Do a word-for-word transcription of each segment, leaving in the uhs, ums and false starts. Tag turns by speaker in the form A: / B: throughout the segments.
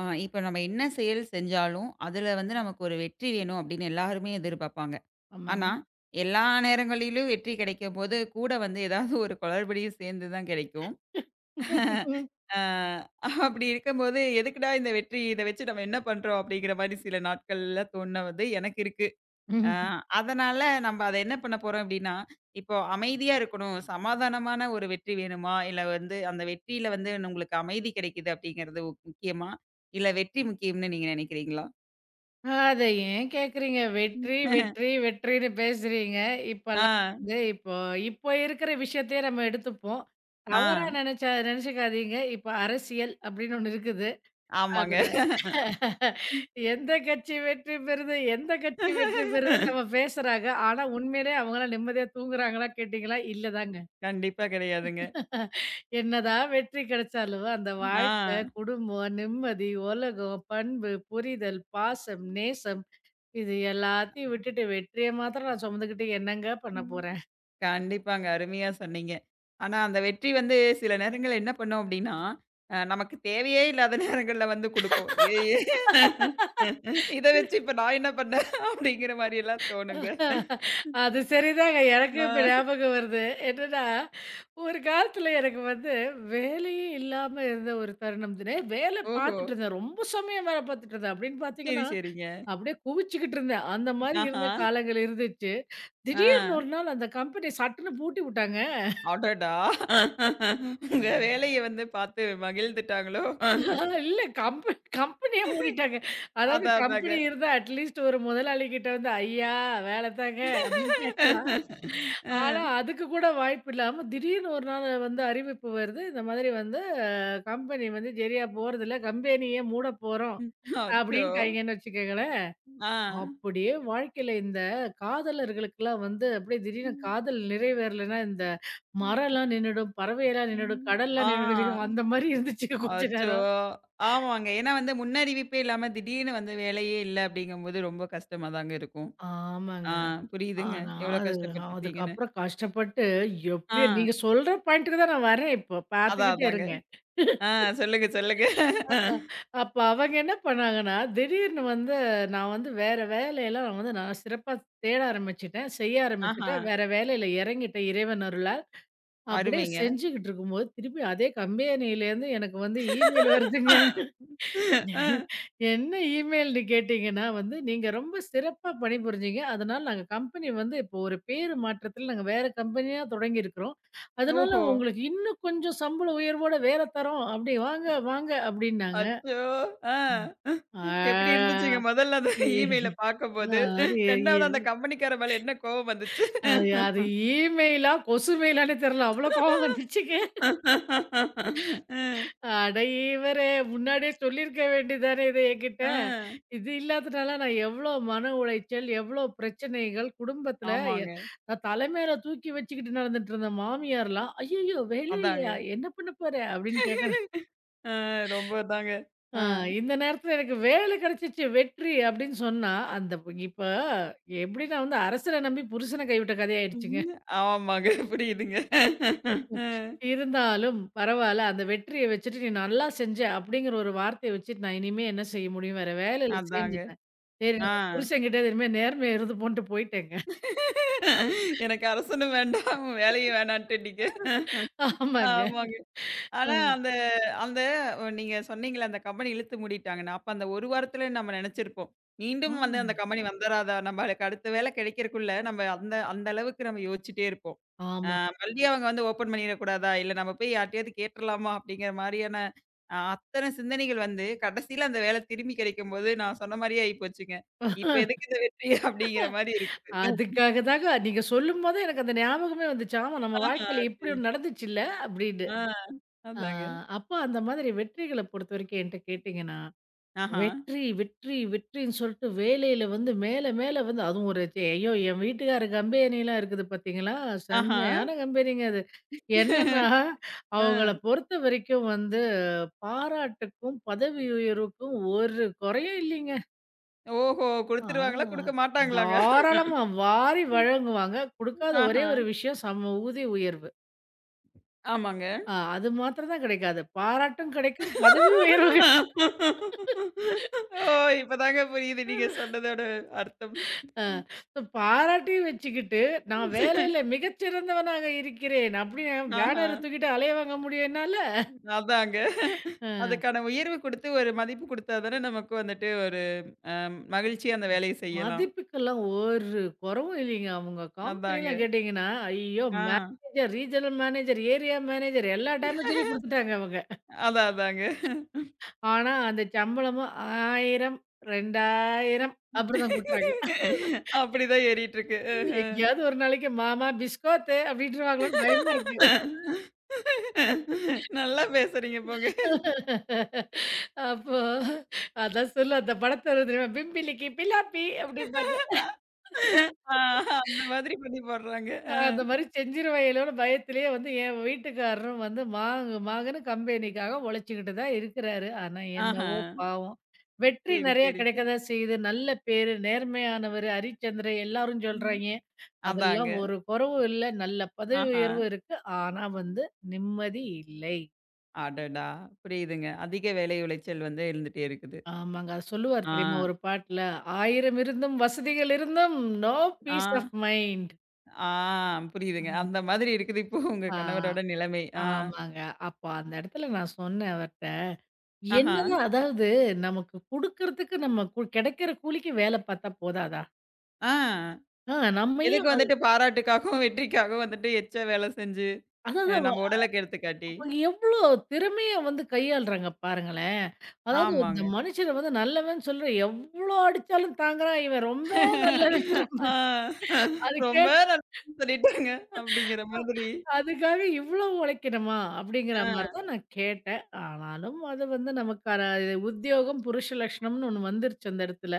A: ஆ இப்ப நம்ம என்ன செயல் செஞ்சாலும், அதுல வந்து நமக்கு ஒரு வெற்றி வேணும் அப்படின்னு எல்லாருமே எதிர்பார்ப்பாங்க. ஆனா,
B: ஆமாங்க.
A: எல்லா நேரங்களிலும் வெற்றி கிடைக்கும்போது, கூட வந்து ஏதாவது ஒரு குளறுபடியும் சேர்ந்து தான் கிடைக்கும். ஆ அப்படி இருக்கும்போது, "எதுக்குடா இந்த வெற்றி? இத வச்சு நம்ம என்ன பண்றோம்?" அப்படிங்கிற மாரி சில நாட்கள்ல தோணுனது எனக்கு இருக்கு. ஆ
B: ம்.
A: அதனால நம்ம அத என்ன பண்ண போறோம் அப்டின்னா, இப்போ அமைதியா இருக்கணும், சமாதானமான ஒரு வெற்றி வேணுமா? இல்ல வந்து அந்த வெற்றியில வந்து உங்களுக்கு அமைதி கிடைக்குது அப்டிங்கிறது முக்கியமா? இல்ல வெற்றி முக்கியம்னு நீங்க நினைக்கிறீங்களா?
B: அத ஏன் கேட்குறீங்க? வெற்றி, வெற்றி, வெற்றின்னு பேசுறீங்க. இப்பல்லாம்
A: ஆ,
B: வந்து இப்போ இப்போ இருக்கிற விஷயத்தையே நம்ம எடுத்துப்போம்.
A: ஆ,
B: தவறா நெனச்சா நெனச்சுக்காதீங்க. இப்ப அரசியல் அப்படின்னு ஒண்ணு இருக்குது.
A: ஆமாங்க.
B: அதுல எந்த கட்சி வெற்றி பெறுது? எந்த கட்சி வெற்றி பெறுதுன்னு நம்ம பேசுறாங்க. ஆனா உண்மையிலே அவங்கலாம் நிம்மதியா தூங்குறாங்களா கேட்டீங்களா? இல்ல தாங்க.
A: கண்டிப்பா கிடையாதுங்க.
B: என்னதான் வெற்றி கிடைச்சாலும் அந்த
A: ஆ.
B: வாழ்க்கை, குடும்பம், நிம்மதி, உலகம், பண்பு, புரிதல், பாசம், நேசம் இது எல்லாத்தையும் விட்டுட்டு வெற்றிய மாத்திரம் நான் சுமந்துக்கிட்டு என்னங்க பண்ண போறேன்?
A: கண்டிப்பாங்க. அருமையா சொன்னீங்க. ஆனா, அந்த வெற்றி வந்து சில நேரங்கள்ல என்ன பண்ணும் அப்டின்னா, அ நமக்கு தேவையே இல்லாத நேரங்கள்ல வந்து குடுக்கும். ஏ ஏ இத வச்சு இப்ப நான் என்ன பண்ணேன்? அப்டிங்கிற மாரியெல்லாம் தோணுங்க.
B: அது சரிதாங்க. எனக்கு இப்ப
A: ஆ.
B: ஞாபகம் வருது. என்னன்னா, ஒரு காலத்துல எனக்கு வந்து வேலையே இல்லாம இருந்த ஒரு தருணம். தினே வேல
A: ஓஹோ!
B: பார்த்துட்டு இருந்தேன். ரொம்ப சமயம் வேல பார்த்துட்டு இருந்தேன். அப்படின்னு
A: சரி,
B: பார்த்தீங்கன்னா,
A: சரிங்க.
B: அப்படியே குவிச்சுக்கிட்டு இருந்தேன். அந்த மாரி
A: ஆஹா.
B: இருந்த காலங்கள் இருந்துச்சு. திடீர்னு
A: ஆ.
B: ஒரு நாள் அந்த கம்பெனிய சட்டுன்னு பூட்டி வுட்டாங்க.
A: அடடா! உங்க வேலைய வந்து பார்த்து மகிழ்ந்துட்டாங்களோ?
B: ஆனா இல்ல கம்ப கம்பெனிய மூடிட்டாங்க. அதாவது
A: அதான்
B: கம்பெனி
A: அதாங்க.
B: இருந்தா அட்லீஸ்ட் ஒரு முதலாளிகிட்ட வந்து, "ஐயா வேல தாங்க" அப்படின்னு கேட்கலாம்.
A: அ.
B: ஆனா அதுக்கு கூட வாய்ப்பு இல்லாம திடீர்னு ஒரு நாள் வந்து அறிவிப்பு வருது. இந்த மாதிரி வந்து கம்பெனி வந்து சரியா போறதில்ல. கம்பெனியே மூட போறோம்
A: அச்சோ!
B: அப்படின்ட்டாய்ங்கன்னு வச்சுக்கங்களேன்.
A: ஆ.
B: அப்படியே வாழ்க்கையில இந்த காதலர்களுக்கெல்லாம் வந்து அப்படியே திடீர்னு காதல் நிறைவேறலைன்னா, இந்த மரம்லாம் நின்னுடும், பறவையெல்லாம் நின்னுடும்,
A: ஆ.
B: கடல்லாம் நின்னுடும். அந்த மாரி இருந்துச்சுங்க கொஞ்ச
A: அச்சோ!
B: நேரம்.
A: ஆமாங்க. ஏன்னா வந்து முன்னறிவிப்பே இல்லாம திடீர்னு வந்து வேலையே இல்ல அப்படிங்கும்போது ரொம்ப கஷ்டமா தாங்க இருக்கும். ஆ
B: ஆமாங்க.
A: புரியுதுங்க.
B: ஆனா,
A: எவ்வளோ
B: அது
A: கஷ்டப்பட்டுருப்பீங்கன்னு.
B: அதுக்கப்புறம் கஷ்டப்பட்டு எப்படியோ
A: ஆ
B: நீங்க சொல்ற பாயிண்ட்டுக்கு தான் நான் வரேன் இப்போ.
A: அதான்
B: பார்த்துக்கிட்டே
A: அதாங்க.
B: இருங்க.
A: ஆ சொல்லுங்க, சொல்லுங்க.
B: அ, அ. அப்ப அவங்க என்ன பண்ணாங்கன்னா, திடீர்னு வந்து நான் வந்து வேற வேலையெல்லாம் நான் வந்து நான் சிறப்பா தேட ஆரம்பிச்சுட்டேன். செய்ய
A: ஆஹா!
B: ஆரம்பிச்சுட்டேன். வேற வேலையில இறங்கிட்டேன் இறைவன் அருளால. அப்படியே
A: அருமைங்க.
B: செஞ்சுகிட்டு இருக்கும்போது, திருப்பி அதே கம்பெனிலேருந்து எனக்கு வந்து இமெயில் வருதுங்க.
A: அ.
B: என்ன இமெயில்ன்னு கேட்டீங்கன்னா வந்து, "நீங்க ரொம்ப சிறப்பா பணிபுரிஞ்சீங்க. அதனால நாங்க கம்பெனி வந்து இப்போ ஒரு பேரு மாற்றத்தில நாங்க வேற கம்பெனியா தொடங்கியிருக்கிறோம். அதனால
A: ஓஹோ!
B: உங்களுக்கு இன்னும் கொஞ்சம் சம்பள உயர்வோட வேற தரோம். அப்படி வாங்க, வாங்க" அப்படின்னாங்க.
A: அச்சோ! ஆ.
B: ம். ஆ
A: எப்படி இருந்துச்சுங்க முதல்ல அந்த
B: எ
A: இமெயில பார்க்கும்போது?
B: அது
A: இரண்டாவது அந்த
B: எ
A: கம்பெனிக்கார மேல என்ன கோவம் வந்துச்சு?
B: அது
A: அ.
B: அது இமெயிலா, கொசு மெயிலான்னே தெரியல. அவ்வளோ கோவம் வந்துச்சுங்க. அட இவரே! முன்னாடியே சொல்லியிருக்க வேண்டியது தானே இத என்கிட்ட.
A: ஆ.
B: இது இல்லாதனால நான் எவ்ளோ மன உளைச்சல், எவ்ளோ பிரச்சனைகள் குடும்பத்தில எ
A: ஆமாங்க.
B: நான் தலை மேல தூக்கி வச்சுக்கிட்டு நடந்துட்டுருந்த மாமியார்லாம், "ஐய்யய்யோ! வேலை
A: அதாங்க.
B: இல்லையா? என்ன பண்ண போற?" அப்படின்னு கேட்குறாங்க.
A: ஆ, ரொம்ப தாங்க.
B: ஆ,
A: ஆ.
B: இந்த நேரத்தில எனக்கு வேலை கிடைச்சிச்சு, வெற்றி அப்படின்னு சொன்னா, அந்த இப்ப எப்படின்னா வந்து அரசர நம்பி புருஷன கைவிட்ட கதை ஆயிடுச்சுங்க.
A: ம், ஆமாங்க. புரியுதுங்க. அ
B: இருந்தாலும் பரவால்ல. அந்த வெற்றிய வச்சுட்டு, "நீ நல்லா செஞ்ச" அப்படிங்கிற ஒரு வார்த்தைய வச்சுட்டு, நான் இனிமே என்ன செய்ய முடியும்? வேற வேலையில
A: அதாங்க.
B: சேர்ந்துட்டேன். சரி
A: ஆ.
B: நம்ம புருஷன்கிட்ட இனிமே நேர்மைய இருந்து போன்ட்டு போயிட்டேங்க.
A: எனக்கு அரசனும் வேண்டாம், வேலையும் வேணான்ட்டுட்டீங்க.
B: ஆமாங்க.
A: ஆமாங்க. ஆனா,
B: ம்.
A: அந்த அந்த நீங்க சொன்னீங்கல்ல, அந்த கம்பெனி இழுத்து மூடிட்டாங்கன்னு. அப்ப அந்த ஒரு வாரத்துல நம்ம நெனச்சிருப்போம். மீண்டும் வந்து அந்த கம்பெனி வந்துராதா? நம்மளுக்கு அடுத்த வேலை கிடைக்கிறக்குள்ள நம்ம அந்த அந்த அளவுக்கு நம்ம யோசிச்சுட்டே இருப்போம். அ
B: ஆமா.
A: மறுபடியும் அவங்க வந்து ஓப்பன் பண்ணிறக்கூடாதா? இல்ல நம்ம போய் யார்ட்டயாவது கேட்டுறலாமா? அப்படிங்கிற மாரியான அ அத்தன சிந்தனைகள் வந்து கடைசியில அந்த வேலை திரும்பி கிடைக்கும்போது, நான் சொன்ன மாரியே ஆயிப்போச்சுங்க. இப்ப எதுக்கு இந்த வெற்றி? அப்படிங்கிற மாரி இருக்குது.
B: அதுக்காக தாங்க நீங்க சொல்லும்போதே எனக்கு அந்த ஞாபகமே வந்துச்சு. ஆமா நம்ம
A: ஆஹா,
B: வாழ்க்கையில இப்படி
A: சரிங்க.
B: ஒண்ணு நடந்துச்சுல்ல அப்படின்னு.
A: ஆ
B: ஆ,
A: அதாங்க.
B: அப்போ அந்த மாதிரி வெற்றிகள பொறுத்தவரைக்கும் என்ட்ட கேட்டீங்கன்னா
A: ஆஹா,
B: வெற்றி, வெற்றி, வெற்றின்னு சொல்ட்டு வேலையில வந்து மேல, மேல வந்து அதுவும் ஒரு ச்சே, ஐயோ! என் வீட்டுக்கார கம்பெனிலாம் இருக்குது பார்த்தீங்களா?
A: ஆஹா.
B: செம்மையான கம்பெனிங்க அது. என்னன்னா,
A: ஆ.
B: அவங்கள பொறுத்த வரைக்கும் வந்து பாராட்டுக்கும், பதவி உயர்வுக்கும் ஒரு குறையும் இல்லைங்க.
A: ஓஹோ!
B: ஆ,
A: குடுத்துருவாங்களா? குடுக்க மாட்டாங்களாங்க?
B: தாராளமா வாரி வழங்குவாங்க. குடுக்காத ஒரே
A: ஆஹா.
B: ஒரு விஷயம் சம ஊதிய உயர்வு.
A: ஆமாங்க.
B: ஆ, அது மாத்திரம் தான் கிடைக்காது. பாராட்டும் கிடைக்கும், பதவி உயர்வு.
A: ஓ! இப்பதாங்க புரியுது நீங்க சொன்னதோட அர்த்தம்.
B: அ பாராட்டி வச்சுக்கிட்டு, நான் வேலையில மிகச்சிறந்தவனாக இருக்கிறேன். அப்படின்னு
A: ஆஹா.
B: பேனர தூக்கிட்டு அலைய வாங்க முடியும் என்னால?
A: அதாங்க.
B: அ
A: அதுக்கான உயர்வு குடுத்து ஒரு மதிப்பு குடுத்தா தானே நமக்கு வந்துட்டு ஒரு அ மகிழ்ச்சியா அந்த வேலைய செய்யலாம்.
B: மதிப்புக்கெல்லாம் ஒரு குறைவும் இல்லைங்க. அவங்க
A: அதாங்க.
B: கம்பெனில கேட்டீங்கன்னா, ஐயோ!
A: ஆ.
B: Manager, regional manager, area manager எல்லா டேமேஜரையும் குடுத்துட்டாங்க அவங்க.
A: அதான் அதாங்க.
B: ஆனா, அந்த சம்பளமும் ஆயிரம், இரண்டாயிரம் அப்படிதான் குடுக்குறாங்க.
A: அப்படிதான் ஏறிட்டுருக்கு. அஹ.
B: எங்கேயாவது ஒரு நாளைக்கு மாமா பிஸ்கோத்து அப்படின்ருவாங்களோன்னு பயமா இருக்கு.
A: நல்லா பேசுறீங்க போங்க.
B: அப்போ அதான் சொல்லும் அந்த படத்த வந்து தெரியுமா, "பிம்பிலிக்கி பிலாப்பி" அப்படிம்பாங்க.
A: ஆ அந்த மாதிரி பண்ணி போடுறாங்க.
B: அ
A: அ.
B: அந்த மாரி செஞ்சிருவாங்களோன்னு பயத்திலேயே வந்து என் வீட்டுக்காரரும் வந்து மாங்கு மாங்குன்னு கம்பெனிக்காக உழைச்சுக்கிட்டு தான் இருக்கிறாரு. ஆனா
A: ஆஹா.
B: என்னவோ பாவம். வெற்றி
A: சரி,
B: நெறைய கிடைக்க
A: சரிங்க.
B: தான் செய்யுது. நல்ல பேரு, நேர்மையானவரு, ஹரிச்சந்திர எல்லாரும்
A: ம்.
B: சொல்றாய்ங்க.
A: அதாங்க.
B: அதெல்லாம் ஒரு குறைவும் இல்ல. நல்ல பதவி
A: ஆஹா.
B: உயர்வும் இருக்கு. ஆனா வந்து நிம்மதி இல்லை.
A: அடடா! புரியுதுங்க. அதிக வேலை உளைச்சல் வந்து இருந்துட்டே இருக்குது.
B: ஆமாங்க. அது சொல்லுவாரு
A: ஆ,
B: தெரியுமா ஒரு பாட்டுல, "ஆயிரம் இருந்தும் வசதிகள் இருந்தும் no
A: ah,
B: peace of mind."
A: ஆ புரியுதுங்க.
B: ஆம்.
A: அந்த மாதிரி இருக்குது இப்போ உங்க
B: ஆ,
A: கணவரோட நிலைமை. ஆ.
B: ஆமாங்க. அப்ப அந்த இடத்துல நான் சொன்னேன் அவர்ட்ட,
A: ஆஹா.
B: "என்னதான் அதாவது நமக்கு குடுக்கறதுக்கு நம்ம கு கிடைக்கிற கூலிக்கு வேலை பார்த்தா போதாதா?
A: ஆ.
B: ஆ, நம்ம
A: எதுக்கு
B: ஏன்?"
A: வந்துட்டு பாராட்டுக்காகவும், வெற்றிக்காகவும் வந்துட்டு எச்ச வேலை செஞ்சு,
B: அதாவது
A: அ
B: அவ
A: நம்ம உடல கெடுத்துக்காட்டி.
B: அவங்க எவ்ளோ திறமையா வந்து கையாளுறாங்க பாருங்களேன். அதாவது
A: ஆமாங்க.
B: இந்த மனுஷன வந்து நல்லவன்னு சொல்ற எவ்ளோ அடிச்சாலும் தாங்குறான். இவன் ரொம்ப நல்லவன்.
A: ஆ.
B: அதுக்கு
A: ரொம்ப நல்லா சொல்லிட்டாங்க. அப்படிங்கிற மாதிரி.
B: அதுக்காக இவ்ளோ உழைக்கணுமா? அப்படிங்கிற மாரி
A: ஆ.
B: தான் நான் கேட்டேன். ஆனாலும் அது வந்து நமக்கான இது உத்தியோகம், புருஷ லக்ஷணம்னு ஒண்ணு வந்துருச்சு அந்த இடத்துல.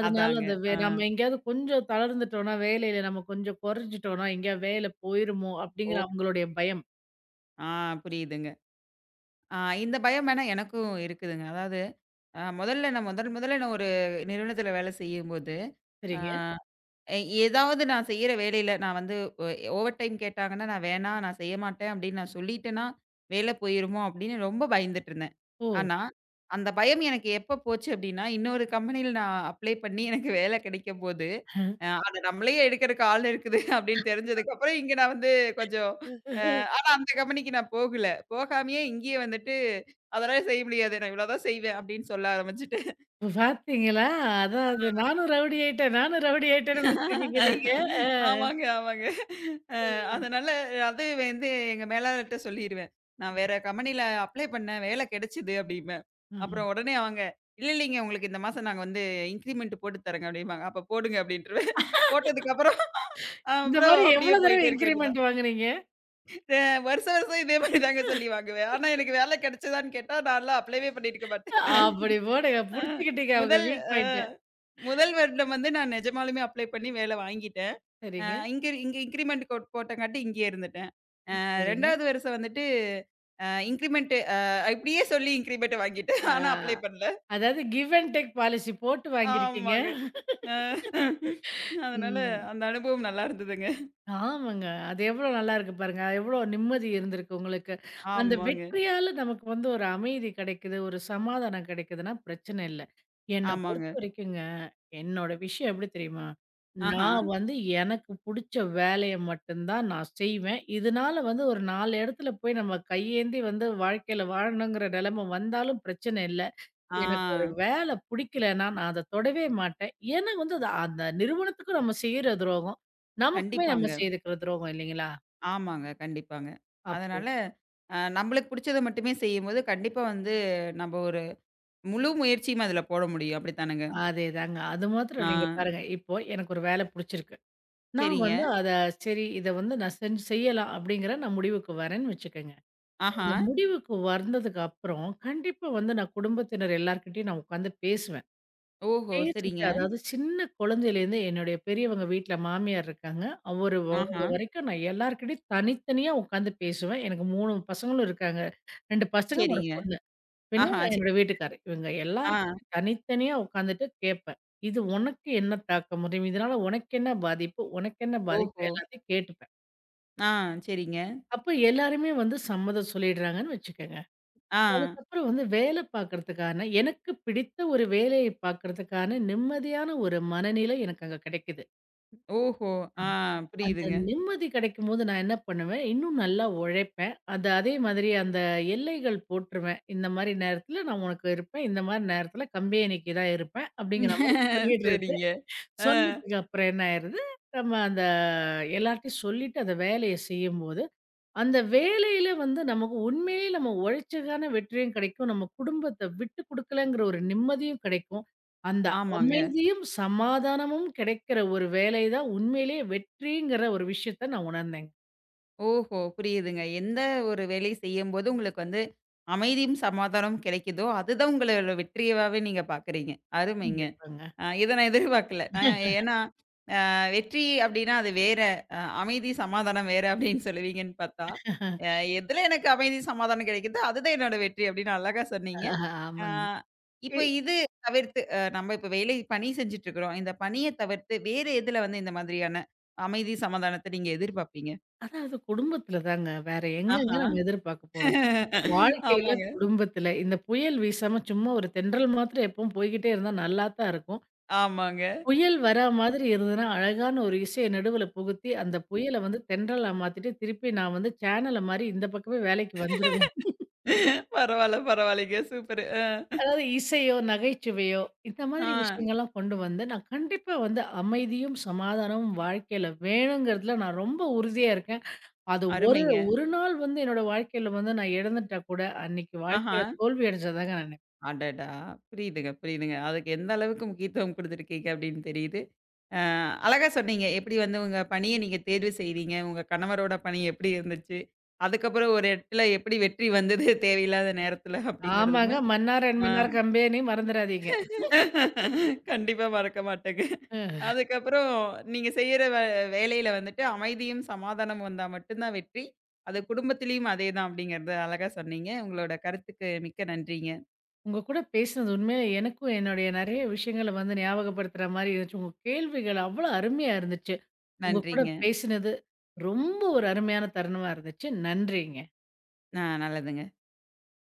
B: அதனால
A: அதாங்க.
B: அந்த வே
A: ஆ.
B: நம்ம எங்கேயாவது கொஞ்சம் தளர்ந்துட்டோம்னா, வேலையில நம்ம கொஞ்சம் குறைஞ்சுட்டோம்னா, எங்கேயா வேலை போயிருமோ
A: ஓ!
B: அப்படிங்கிற அவங்களுடைய பயம்.
A: ஆ புரியுதுங்க. ஆ இந்த பயம் வேணா எனக்கும் இருக்குதுங்க. அதாவது அ முதல்ல நான் முதல் முதல்ல நான் ஒரு நிறுவனத்தில வேலை செய்யும்போது, ஆ
B: சரிங்க.
A: எ ஏதாவது நான் செய்யற வேலையில நான் வந்து ஒ ஓவர் டைம் கேட்டாங்கன்னா, நான் வேணாம், நான் செய்ய மாட்டேன் அப்படின்னு நான் சொல்லிட்டேன்னா, வேலை போயிருமோ அப்படின்னு ரொம்ப பயந்துட்டுருந்தேன்.
B: ஓ!
A: ஆனா, அந்த பயம் எனக்கு எப்ப போச்சு அப்படின்னா, இன்னொரு கம்பெனியில நான் அப்ளை பண்ணி எனக்கு வேலை கிடைக்கும்போது, அ அத நம்மளே எடுக்கறக்கு ஆள் இருக்குது அப்படின்னு தெரிஞ்சதுக்கப்புறம், இங்க நான் வந்து கொஞ்சம் அ ஆனா அந்த கம்பெனிக்கு நான் போகல. போகாமயே இங்கேயே வந்துட்டு, அதெல்லாம் செய்ய முடியாது. நான் இவ்வளோதான் செய்வேன் அப்படின்னு சொல்ல ஆரம்பிச்சுட்டேன்.
B: இப்ப பார்த்தீங்களா? அதாவது நானும் ரவுடி ஆயிட்டேன், நானும் ரவுடி ஆயிட்டேன்னு முடிச்சிருக்கீங்க நீங்க. ஆ.
A: ஆமாங்க, ஆமாங்க. அ
B: ம்.
A: அதனால அது வந்து எங்க மேலாளர்ட்ட சொல்லிருவேன். நான் வேற கம்பெனில அப்ளை பண்ணேன், வேலை கிடைச்சது அப்டிம்பேன்.
B: ம்.
A: அப்புறம் உடனே அவங்க, "இல்ல இல்லைங்க உங்களுக்கு இந்த மாசம் நாங்க வந்து இன்கிரிமெண்ட் போட்டு தர்றோங்க" அப்டிம்பாங்க. அப்ப போடுங்க அப்டின்ருவேன். போட்டதுக்கு அப்புறம்
B: இந்த
A: அப்புறம்
B: மாரி
A: அப்டியே
B: எவ்வளோ தடவ
A: போயிட்டே இருக்க வேண்டியதுதான்.
B: இன்கிரிமெண்ட் வாங்குனீங்க?
A: அ வருஷம் வருஷம் இதே மாரி தாங்க சொல்லி வாங்குவேன். ஆனா எனக்கு வேலை கிடைச்சதான்னு கேட்டா, நான்லாம் அப்ளைவே பண்ணியிருக்க மாட்டேன்.
B: அப்படி போடுங்க.
A: அ
B: புடிச்சுக்கிட்டீங்க அவங்க
A: முதல்
B: வீக்
A: அ
B: பாயிண்ட்ட.
A: முதல் வருடம் வந்து நான் நிஜமாலுமே அப்ளை பண்ணி வேலை வாங்கிட்டேன். அ
B: சரிங்க,
A: இங்க இங்க இன்கிரிமெண்ட் போட் போட்டங்காட்டி இங்கேயே இருந்துட்டேன். அ
B: சரிங்க.
A: இரண்டாவது வருஷம் வந்துட்டு அ இன்கிரிமெண்ட் அ இப்படியே சொல்லி இன்கிரிமெண்ட் வாங்கிட்டேன். ஆனா
B: ஆ,
A: அப்ளை பண்ணல.
B: அதாவது கிவ் அண்ட் டேக் பாலிசி போட்டு வாங்கியிருக்கீங்க.
A: ஆமாங்க. அ அதனால
B: ம்.
A: அந்த அனுபவம் நல்லா இருந்ததுங்க.
B: ஆமாங்க. அது எவ்ளோ நல்லாருக்கு பாருங்க. எவ்ளோ நிம்மதி இருந்திருக்கு உங்களுக்கு. அந்த
A: ஆமாங்க,
B: வெற்றியால நமக்கு வந்து ஒரு அமைதி கிடைக்குது, ஒரு சமாதானம் கிடைக்குதுன்னா பிரச்சனை இல்ல. என்ன பொறுத்த
A: ஆமாங்க.
B: வரைக்குங்க, என்னோட விஷயம் எப்டி தெரியுமா?
A: ஆஹா.
B: நான் வந்து எனக்கு புடிச்ச வேலைய மட்டும் தான் நான் செய்வேன். இதனால வந்து ஒரு நாலு இடத்துல போய் நம்ம கையேந்தி வந்து வாழ்க்கையில வாழணுங்கிற நிலைமை வந்தாலும் பிரச்சனை இல்ல.
A: ஆ
B: எனக்கு ஒரு வேலை புடிக்கலன்னா, நான் அத தொடவே மாட்டேன். ஏன்னா வந்து அது அந்த நிறுவனத்துக்கும் நம்ம செய்ற துரோகம். நமக்குமே நம்ம
A: கண்டிப்பாங்க.
B: செய்துக்கிற துரோகம் இல்லைங்களா?
A: ஆமாங்க, கண்டிப்பாங்க.
B: அப்போ
A: அதனால அ நம்மளுக்கு புடிச்சத மட்டுமே செய்யும்போது கண்டிப்பா வந்து நம்ம ஒரு முழு முயற்சியும் அதுல போட முடியும். அப்படித்தானங்க?
B: அதேதாங்க. அது
A: ஆ
B: மாத்திரம் நீங்க பாருங்க, இப்போ எனக்கு ஒரு வேலை புடிச்சிருக்கு. நான்
A: சரிங்க.
B: வந்து அத சரி இத வந்து நான் செஞ்சு செய்யலாம் அப்படிங்கிற நான் முடிவுக்கு வரேன்னு வச்சுக்கங்க.
A: ஆஹா.
B: அந்த முடிவுக்கு வந்ததுக்கு அப்புறம், கண்டிப்பா வந்து நான் குடும்பத்தினர் எல்லார்கிட்டயும் நான் உட்காந்து பேசுவேன்.
A: ஓஹோ!
B: பேசிட்டு,
A: சரிங்க.
B: அதாவது சின்ன குழந்தையிலேருந்து என்னுடைய பெரியவங்க வீட்ல மாமியார் இருக்காங்க. அவரு
A: ஆஹா.
B: அவங்க வரைக்கும் நான் எல்லார்கிட்டயும் தனித்தனியா உட்காந்து பேசுவேன். எனக்கு மூணு பசங்களும் இருக்காங்க. ரெண்டு பசங்க, ஒரு
A: சரிங்க.
B: பொண்ணு. பின்ன
A: ஆஹா! சே
B: என்னோட வீட்டுக்காரர். இவங்க
A: ஆ.
B: எல்லார்கிட்டயும் தனித்தனியா உட்காந்துட்டு கேட்பேன். இது உனக்கு என்ன தாக்கம் முடியும்? இதனால உனக்கு என்ன பாதிப்பு? உனக்கு என்ன பாதிப்பு?
A: ஓஹோ!
B: எல்லாத்தையும் கேட்டுப்பேன்.
A: ஆ சரிங்க.
B: அப்ப எல்லாருமே வந்து சம்மதம் சொல்லிடுறாங்கன்னு வச்சுக்கங்க.
A: ஆ.
B: அதுக்கப்புறம் வந்து வேலை பார்க்கறதுக்கான எனக்கு பிடித்த ஒரு வேலையை பார்க்கறதுக்கான நிம்மதியான ஒரு மனநிலை எனக்கு அங்க கிடைக்குது.
A: ஓஹோ! ஆ
B: ஆமா. அந்த
A: புரியுதுங்க.
B: நிம்மதி கிடைக்கும்போது நான் என்ன பண்ணுவேன், இன்னும் நல்லா உழைப்பேன். அது அதே மாதிரி அந்த எல்லைகள் போட்டுருவேன். இந்த மாரி நேரத்தில நான் உனக்கு இருப்பேன். இந்த மாரி நேரத்தில கம்பெனிக்கு தான் இருப்பேன். அப்படிங்கிற மாரி சொல்லிடுறது.
A: சரிங்க. ஆ.
B: சொன்னதுக்கு அப்புறம் என்ன ஆயிருது, நம்ம அந்த எல்லார்ட்டயும் சொல்லிட்டு அந்த வேலைய செய்யும்போது அந்த வேலையில வந்து நமக்கு உண்மையிலேயே நம்ம உழைச்சதுக்கான வெற்றியும் கிடைக்கும். நம்ம குடும்பத்த விட்டு குடுக்கலங்கிற ஒரு நிம்மதியும் கிடைக்கும். அந்த
A: ஆமாங்க.
B: அமைதியும், சமாதானமும் கிடைக்கிற ஒரு வேலை தான் உண்மையிலேயே வெற்றிங்கிற ஒரு விஷயத்த நான் உணர்ந்தேங்க.
A: ஓஹோ! புரியுதுங்க. எந்த ஒரு வேலை செய்யும்போது உங்களுக்கு வந்து அமைதியும், சமாதானமும் கிடைக்குதோ, அதுதான் உங்களோட வெற்றியாவே நீங்க பார்க்குறீங்க. அருமைங்க.
B: கண்டிப்பாங்க.
A: அ இத நான் எதிர்பார்க்கல. அ ஏன்னா அ வெற்றி அப்டின்னா அது வேற. அ அமைதி, சமாதானம் வேற அப்டின்னு சொல்லுவீங்கன்னு பார்த்தா, அ எதுல எனக்கு அமைதி, சமாதானம் கிடைக்குதோ அதுதான் என்னோட வெற்றி அப்டின்னு அழகா சொன்னீங்க.
B: ஆஹ்
A: ஆ,
B: ஆமாங்க. இ
A: இப்ப இது தவிர்த்து அ நம்ம இப்ப வேலை பணி செஞ்சுட்டு இருக்கிறோம். இந்த பணிய தவிர்த்து வேற எதுல வந்து இந்த மாதிரியான அமைதி, சமாதானத்த நீங்க எதிர்பார்ப்பீங்க?
B: அதாவது குடும்பத்துல தாங்க. வேற எங்கங்க
A: ஆஹா.
B: நம்ம எதிர்பார்க்க போறோம்? வாழ்க்கையில,
A: ஆமாங்க,
B: குடும்பத்துல இந்த புயல் வீசாம சும்மா ஒரு தென்றல் மாத்திரம் எப்பவும் போய்க்கிட்டே இருந்தா நல்லா தான் இருக்கும்.
A: ஆமாங்க.
B: புயல் வரா மாதிரி இருந்ததுன்னா, அழகான ஒரு இசைய நடுவுல புகுத்தி, அந்த புயல வந்து தென்றலா மாத்திட்டு, திருப்பி நான் வந்து சேனல மாரி இந்த பக்கமே வேலைக்கு வந்துருவேன்.
A: பரவால்ல, பரவாயில்லங்க. சூப்பரு. அ.
B: அதாவது இசையோ, நகைச்சுவையோ இந்த
A: ஆ,
B: மாதிரி விஷயங்கள்லாம் கொண்டு வந்து, நான் கண்டிப்பா வந்து அமைதியும், சமாதானமும் வாழ்க்கையில வேணுங்கிறதுல நான் ரொம்ப உறுதியா இருக்கேன். அது ஒரு
A: அருமைங்க.
B: ஒரு நாள் வந்து என்னோட வாழ்க்கையில வந்து நான் இழந்துட்டா கூட, அன்னைக்கு
A: ஆஹா.
B: வாழ்க்கையில தோல்வி அடைஞ்சதாங்க நான் நெனைப்பேன்.
A: அடடா! புரியுதுங்க, புரியுதுங்க. அதுக்கு எந்த அளவுக்கு முக்கியத்துவம் குடுத்துருக்கீங்க அப்படின்னு தெரியுது. அ அழகா சொன்னீங்க. எப்படி வந்து உங்க பணிய நீங்க தேர்வு செய்தீங்க? உங்க கணவரோட பணி எப்படி இருந்துச்சு? அதுக்கப்புறம் ஒரு இடத்துல எப்படி வெற்றி வந்தது தேவையில்லாத நேரத்துல
B: ஆமாங்க.
A: அப்படிங்கிறதுமே
B: Mannar and
A: ah
B: Mannar company மறந்துறாதீங்க.
A: கண்டிப்பா மறக்க மாட்டேங்க.
B: அ.
A: அதுக்கப்புறம் நீங்க செய்யற வே வேலையில வந்துட்டு அமைதியும், சமாதானமும் வந்தா மட்டும் தான் வெற்றி. அது குடும்பத்திலயும் அதே தான் அப்படிங்கிறத அழகா சொன்னீங்க. உங்களோட கருத்துக்கு மிக்க நன்றிங்க.
B: உங்க கூட பேசினது உண்மையில எனக்கும் என்னுடைய நிறைய விஷயங்கள வந்து ஞாபகப்படுத்துற மாரி இருந்துச்சு. உங்க கேள்விகள் அவ்வளோ அருமையா இருந்துச்சு. உங்க கூட
A: நன்றிங்க.
B: பேசினது ரொம்ப ஒரு அருமையான தருணமா இருந்துச்சு. நன்றிங்க.
A: ஆ நல்லதுங்க.